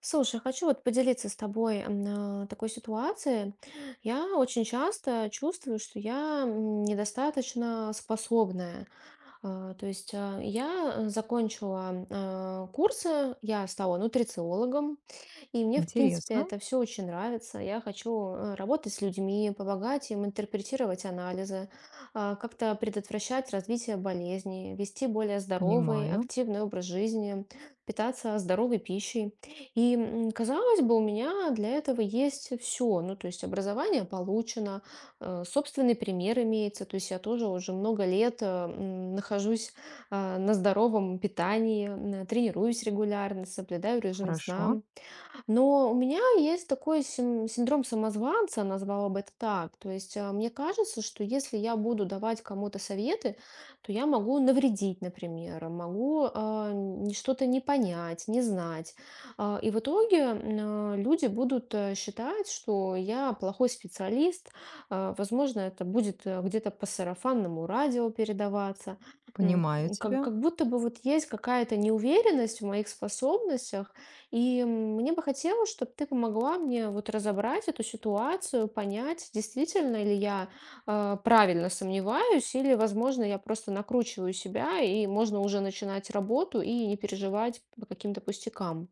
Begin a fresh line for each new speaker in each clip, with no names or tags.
Слушай, хочу вот поделиться с тобой такой ситуацией. Я очень часто чувствую, что я недостаточно способная. То есть я закончила курсы, я стала нутрициологом, и мне, в принципе,
Интересно,
это все очень нравится. Я хочу работать с людьми, помогать им интерпретировать анализы, как-то предотвращать развитие болезней, вести более здоровый,
понимаю,
активный образ жизни, питаться здоровой пищей. И, казалось бы, у меня для этого есть все. Ну, то есть образование получено, собственный пример имеется. То есть я тоже уже много лет нахожусь на здоровом питании, тренируюсь регулярно, соблюдаю режим
хорошо,
сна. Но у меня есть такой синдром самозванца, назвала бы это так. То есть мне кажется, что если я буду давать кому-то советы, то я могу навредить, например, могу что-то не понять, не знать. И в итоге люди будут считать, что я плохой специалист. Возможно, это будет где-то по сарафанному радио передаваться. М,
понимаю
Как,
тебя.
как будто бы вот есть какая-то неуверенность в моих способностях, и мне бы хотелось, чтобы ты помогла мне вот разобрать эту ситуацию, понять, действительно ли я правильно сомневаюсь, или, возможно, я просто накручиваю себя, и можно уже начинать работу и не переживать по каким-то пустякам.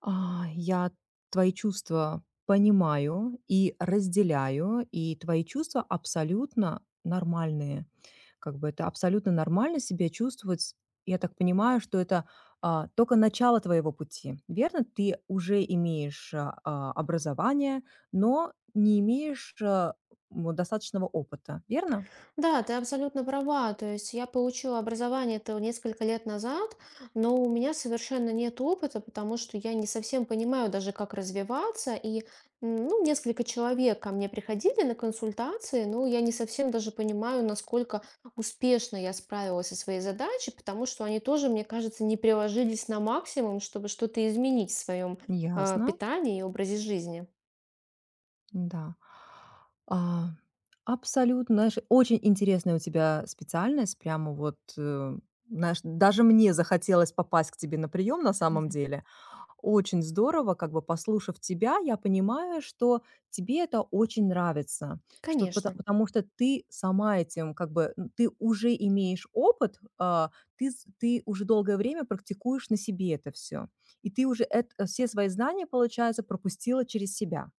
Я твои чувства понимаю и разделяю, и твои чувства абсолютно нормальные. Как бы это абсолютно нормально себя чувствовать. Я так понимаю, что это только начало твоего пути, верно? Ты уже имеешь образование, но не имеешь достаточного опыта, верно?
Да, ты абсолютно права. То есть я получила образование это несколько лет назад, но у меня совершенно нет опыта, потому что я не совсем понимаю даже, как развиваться. И ну, несколько человек ко мне приходили на консультации, но я не совсем даже понимаю, насколько успешно я справилась со своей задачей, потому что они тоже, мне кажется, не приложились на максимум, чтобы что-то изменить в своем
Ясно.
питании и образе жизни.
Да. А, абсолютно, знаешь, очень интересная у тебя специальность. Прямо вот, знаешь, даже мне захотелось попасть к тебе на прием на самом
Мгм.
деле. Очень здорово, как бы послушав тебя, я понимаю, что тебе это очень нравится, что
Конечно,
потому, что ты сама этим, как бы, ты уже имеешь опыт, ты, ты уже долгое время практикуешь на себе это все. И ты уже все свои знания, получается, пропустила через себя.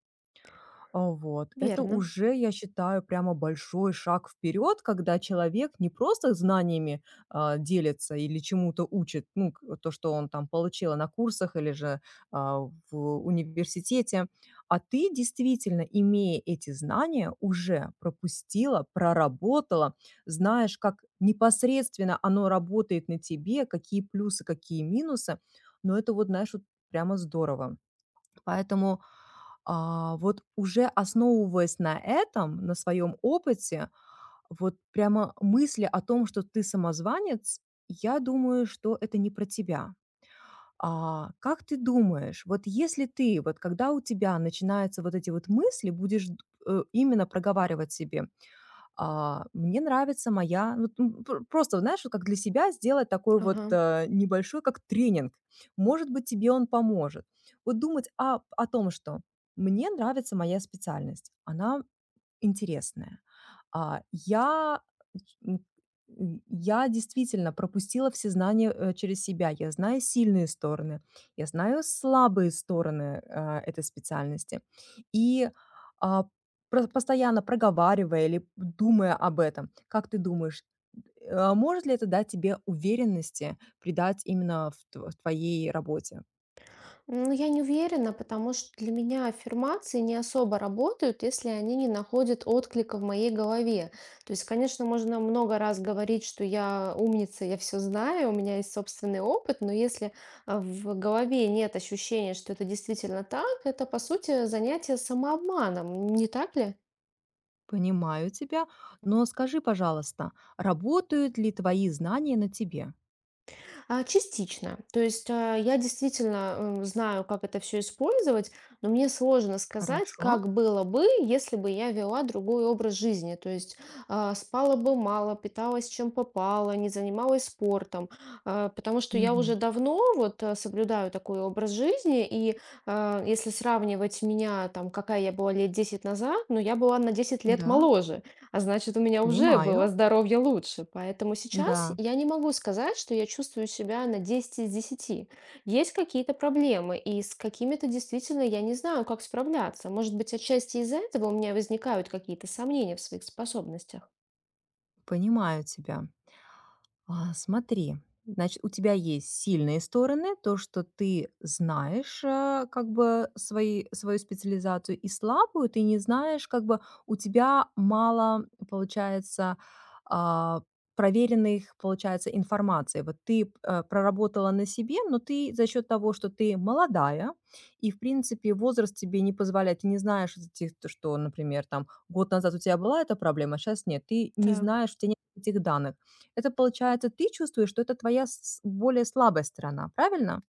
Вот. Это
верно.
уже, я считаю, прямо большой шаг вперед, когда человек не просто знаниями делится или чему-то учит, ну, то, что он там получил на курсах или же а, в университете, а ты действительно, имея эти знания, уже пропустила, проработала, знаешь, как непосредственно оно работает на тебе, какие плюсы, какие минусы, но это вот, знаешь, вот прямо здорово. Поэтому вот уже основываясь на этом, на своем опыте, вот прямо мысли о том, что ты самозванец, я думаю, что это не про тебя. А как ты думаешь, вот если ты, вот когда у тебя начинаются вот эти вот мысли, будешь именно проговаривать себе, мне нравится моя ну, м, пр просто, знаешь, вот как для себя сделать такой вот,
Ага.
небольшой как тренинг. Может быть, тебе он поможет. Вот думать о том, что мне нравится моя специальность. Она интересное. А, я м, я действительно пропустила все знания, через себя. Я знаю сильные стороны, я знаю слабые стороны, этой специальности. И, а, про постоянно проговаривая или думая об этом, как ты думаешь, может ли это дать тебе уверенности, придать именно в тв в твоей работе?
Ну, я не уверена, потому что для меня аффирмации не особо работают, если они не находят отклика в моей голове. То есть, конечно, можно много раз говорить, что я умница, я все знаю, у меня есть собственный опыт, но если в голове нет ощущения, что это действительно так, это, по сути, занятие самообманом, не так ли?
Понимаю тебя, но скажи, пожалуйста, работают ли твои знания на тебе?
Частично. То есть, я действительно, знаю, как это все использовать, но мне сложно сказать,
Хорошо.
как было бы, если бы я вела другой образ жизни. То есть, спала бы мало, питалась чем попало, не занималась спортом. Потому что я уже
Мгм.
давно вот, соблюдаю такой образ жизни, и, если сравнивать меня, там, какая я была лет 10 назад, ну, я была на десять лет
Да,
моложе. А значит, у меня уже было
понимаю.
здоровье лучше. Поэтому сейчас
Да,
я не могу сказать, что я чувствую себя на 10 из 10. Есть какие-то проблемы, и с какими-то действительно я не знаю, как справляться. Может быть, отчасти из-за этого у меня возникают какие-то сомнения в своих способностях.
понимаю тебя. Смотри, значит, у тебя есть сильные стороны, то, что ты знаешь, как бы свою специализацию, и слабую ты не знаешь, как бы у тебя мало, получается, а, проверенных, получается, информации. Вот ты проработала на себе, но ты за счет того, что ты молодая, и, в принципе, возраст тебе не позволяет, ты не знаешь, из этих, то, что, например, там год назад у тебя была эта проблема, а сейчас нет, ты не
Так.
знаешь, у тебя нет этих данных это, получается, ты чувствуешь, что это твоя с более слабая сторона, правильно?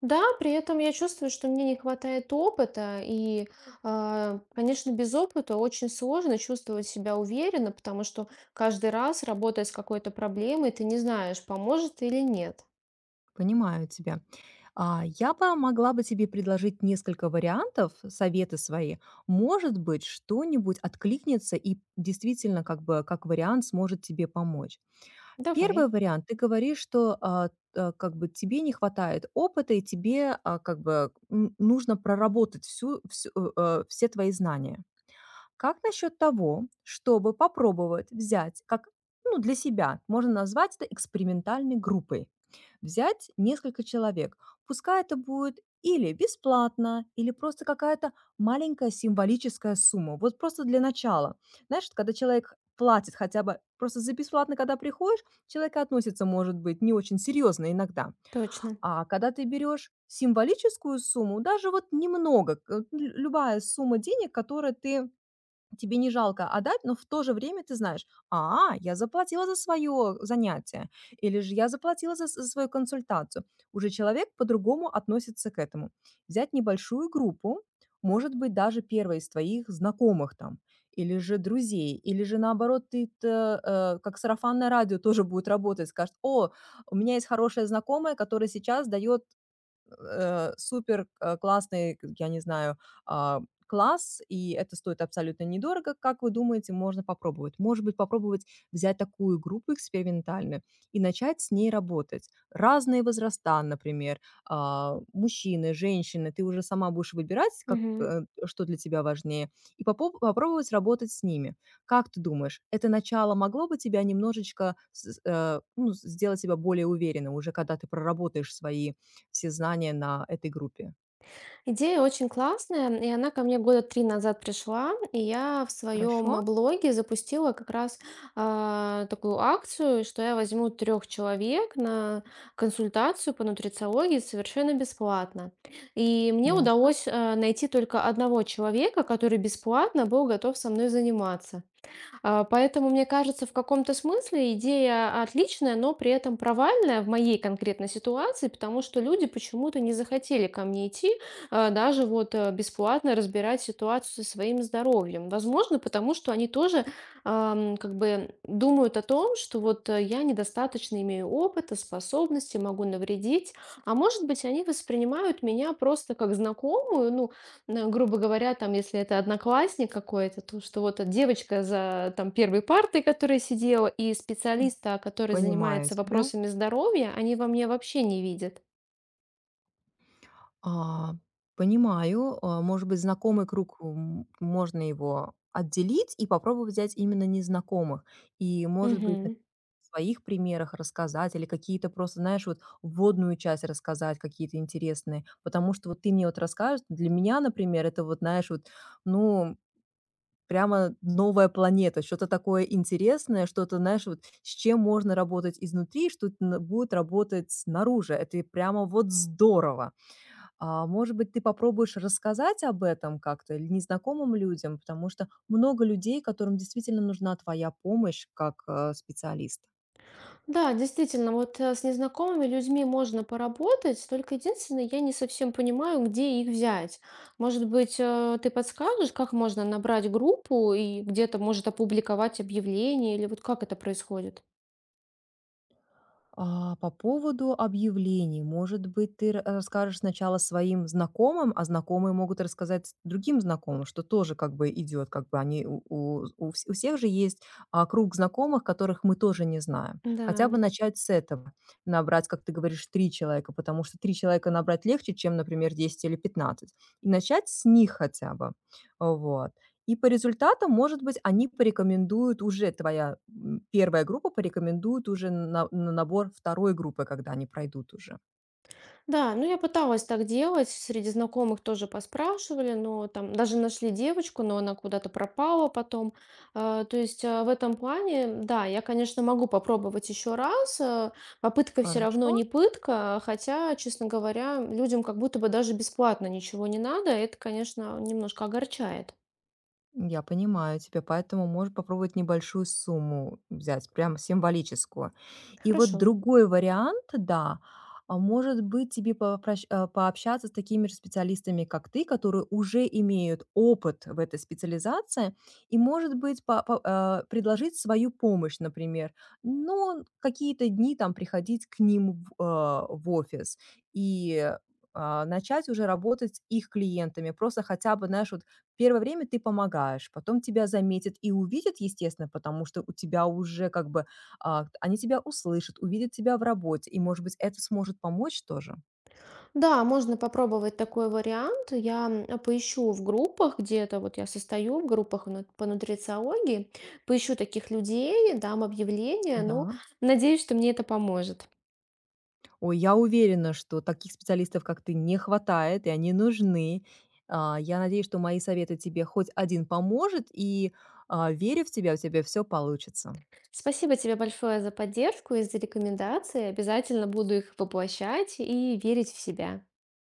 Да, при этом я чувствую, что мне не хватает опыта, и, конечно, без опыта очень сложно чувствовать себя уверенно, потому что каждый раз, работая с какой-то проблемой, ты не знаешь, поможет или нет.
Понимаю тебя. Я бы могла бы тебе предложить несколько вариантов, советы свои. Может быть, что-нибудь откликнется и действительно как бы как вариант сможет тебе помочь.
Давай.
Первый вариант. Ты говоришь, что, как бы тебе не хватает опыта и тебе, как бы, нужно проработать все твои знания. Как насчет того, чтобы попробовать взять, как ну, для себя, можно назвать это экспериментальной группой, взять несколько человек. Пускай это будет или бесплатно, или просто какая-то маленькая символическая сумма. Вот просто для начала. Знаешь, вот когда человек платит хотя бы просто за бесплатно, когда приходишь, человек относится, может быть, не очень серьезно иногда.
Точно.
А когда ты берешь символическую сумму, даже вот немного, любая сумма денег, которую ты Тебе не жалко отдать, но в то же время ты знаешь: "Я заплатила за свое занятие" или же "Я заплатила за с за свою консультацию". Уже человек по-другому относится к этому. Взять небольшую группу, может быть, даже первой из твоих знакомых там или же друзей, или же, наоборот, как сарафанное радио тоже будет работать. Скажет: "О, у меня есть хорошая знакомая, которая сейчас дает супер, классный, к я не знаю, а, класс, и это стоит абсолютно недорого. Как вы думаете, можно попробовать? Может быть, попробовать взять такую группу экспериментальную и начать с ней работать. Разные возраста, например, мужчины, женщины. Ты уже сама будешь выбирать, как,
Мгм.
что для тебя важнее, и попо попробовать работать с ними. Как ты думаешь, это начало могло бы тебя немножечко ну, сделать тебя более уверенным уже, когда ты проработаешь свои все знания на этой группе.
Идея очень классная, и она ко мне года 3 назад пришла, и я в
Хорошо,
своем, блоге запустила как раз, такую акцию, что я возьму 3 человек на консультацию по нутрициологии совершенно бесплатно. И мне
ясно.
удалось, найти только одного человека, который бесплатно был готов со мной заниматься. Поэтому, мне кажется, в каком-то смысле идея отличная, но при этом провальная в моей конкретной ситуации, потому что люди почему-то не захотели ко мне идти, даже вот бесплатно разбирать ситуацию со своим здоровьем. Возможно, потому что они тоже как бы думают о том, что вот я недостаточно имею опыта, способности, могу навредить. А может быть, они воспринимают меня просто как знакомую, ну, ну, грубо говоря, там, если это одноклассник какой-то, то что вот эта девочка за там первой партой, которая сидела, и
М,
специалиста, который
Понимаю
занимается
тебя.
вопросами здоровья, они во мне вообще не видят.
А, понимаю, может быть, знакомый круг, можно его отделить и попробовать взять именно незнакомых. И, может быть, на
Мгм.
своих примерах рассказать или какие-то просто, знаешь, вот вводную часть рассказать, какие-то интересные. Потому что вот ты мне вот расскажешь, для меня, например, это вот, знаешь, вот, ну, прямо новая планета, что-то такое интересное, что-то, знаешь, вот с чем можно работать изнутри, что т- н будет работать снаружи. Это и прямо вот здорово. Может быть, ты попробуешь рассказать об этом как-то или незнакомым людям, потому что много людей, которым действительно нужна твоя помощь как, специалист.
Да, действительно, вот с незнакомыми людьми можно поработать, только единственное, я не совсем понимаю, где их взять. Может быть, ты подскажешь, как можно набрать группу и где-то, может, опубликовать объявление, или вот как это происходит?
По поводу объявлений, может быть, ты ра расскажешь сначала своим знакомым, а знакомые могут рассказать другим знакомым, что тоже как бы идет, как бы они у всех же есть, круг знакомых, которых мы тоже не знаем. Хотя бы
Да.
начать с этого. Набрать, как ты говоришь, 3 человека, потому что 3 человека набрать легче, чем, например, 10 или 15. И начать с них хотя бы. Вот. И по результатам, может быть, они порекомендуют уже, твоя 1 группа порекомендует уже на набор 2 группы, когда они пройдут уже.
Да, ну я пыталась так делать, среди знакомых тоже поспрашивали, но там даже нашли девочку, но она куда-то пропала потом. То есть в этом плане, да, я, конечно, могу попробовать еще раз. Попытка все равно
Хорошо.
не пытка, хотя, честно говоря, людям как будто бы даже бесплатно ничего не надо. Это, конечно, немножко огорчает.
Я понимаю тебя, поэтому можешь попробовать небольшую сумму взять, прям символическую. И вот
Хорошо.
другой вариант, да, может быть, тебе пообщаться с такими же специалистами, как ты, которые уже имеют опыт в этой специализации, и, может быть, предложить свою помощь, например, но какие-то дни там приходить к ним в офис и начать уже работать с их клиентами. Просто хотя бы, знаешь, вот первое время ты помогаешь, потом тебя заметят и увидят, естественно, потому что у тебя уже как бы, они тебя услышат, увидят тебя в работе, и, может быть, это сможет помочь тоже.
Да, можно попробовать такой вариант. Я поищу в группах где-то, вот я состою в группах ну, по нутрициологии, поищу таких людей, дам объявление, ну,
Да.
надеюсь, что мне это поможет.
Ой, я уверена, что таких специалистов, как ты, не хватает, и они нужны. Я надеюсь, что мои советы тебе хоть один поможет, и, верю в тебя, у тебя все получится.
Спасибо тебе большое за поддержку и за рекомендации. Обязательно буду их воплощать и верить в себя.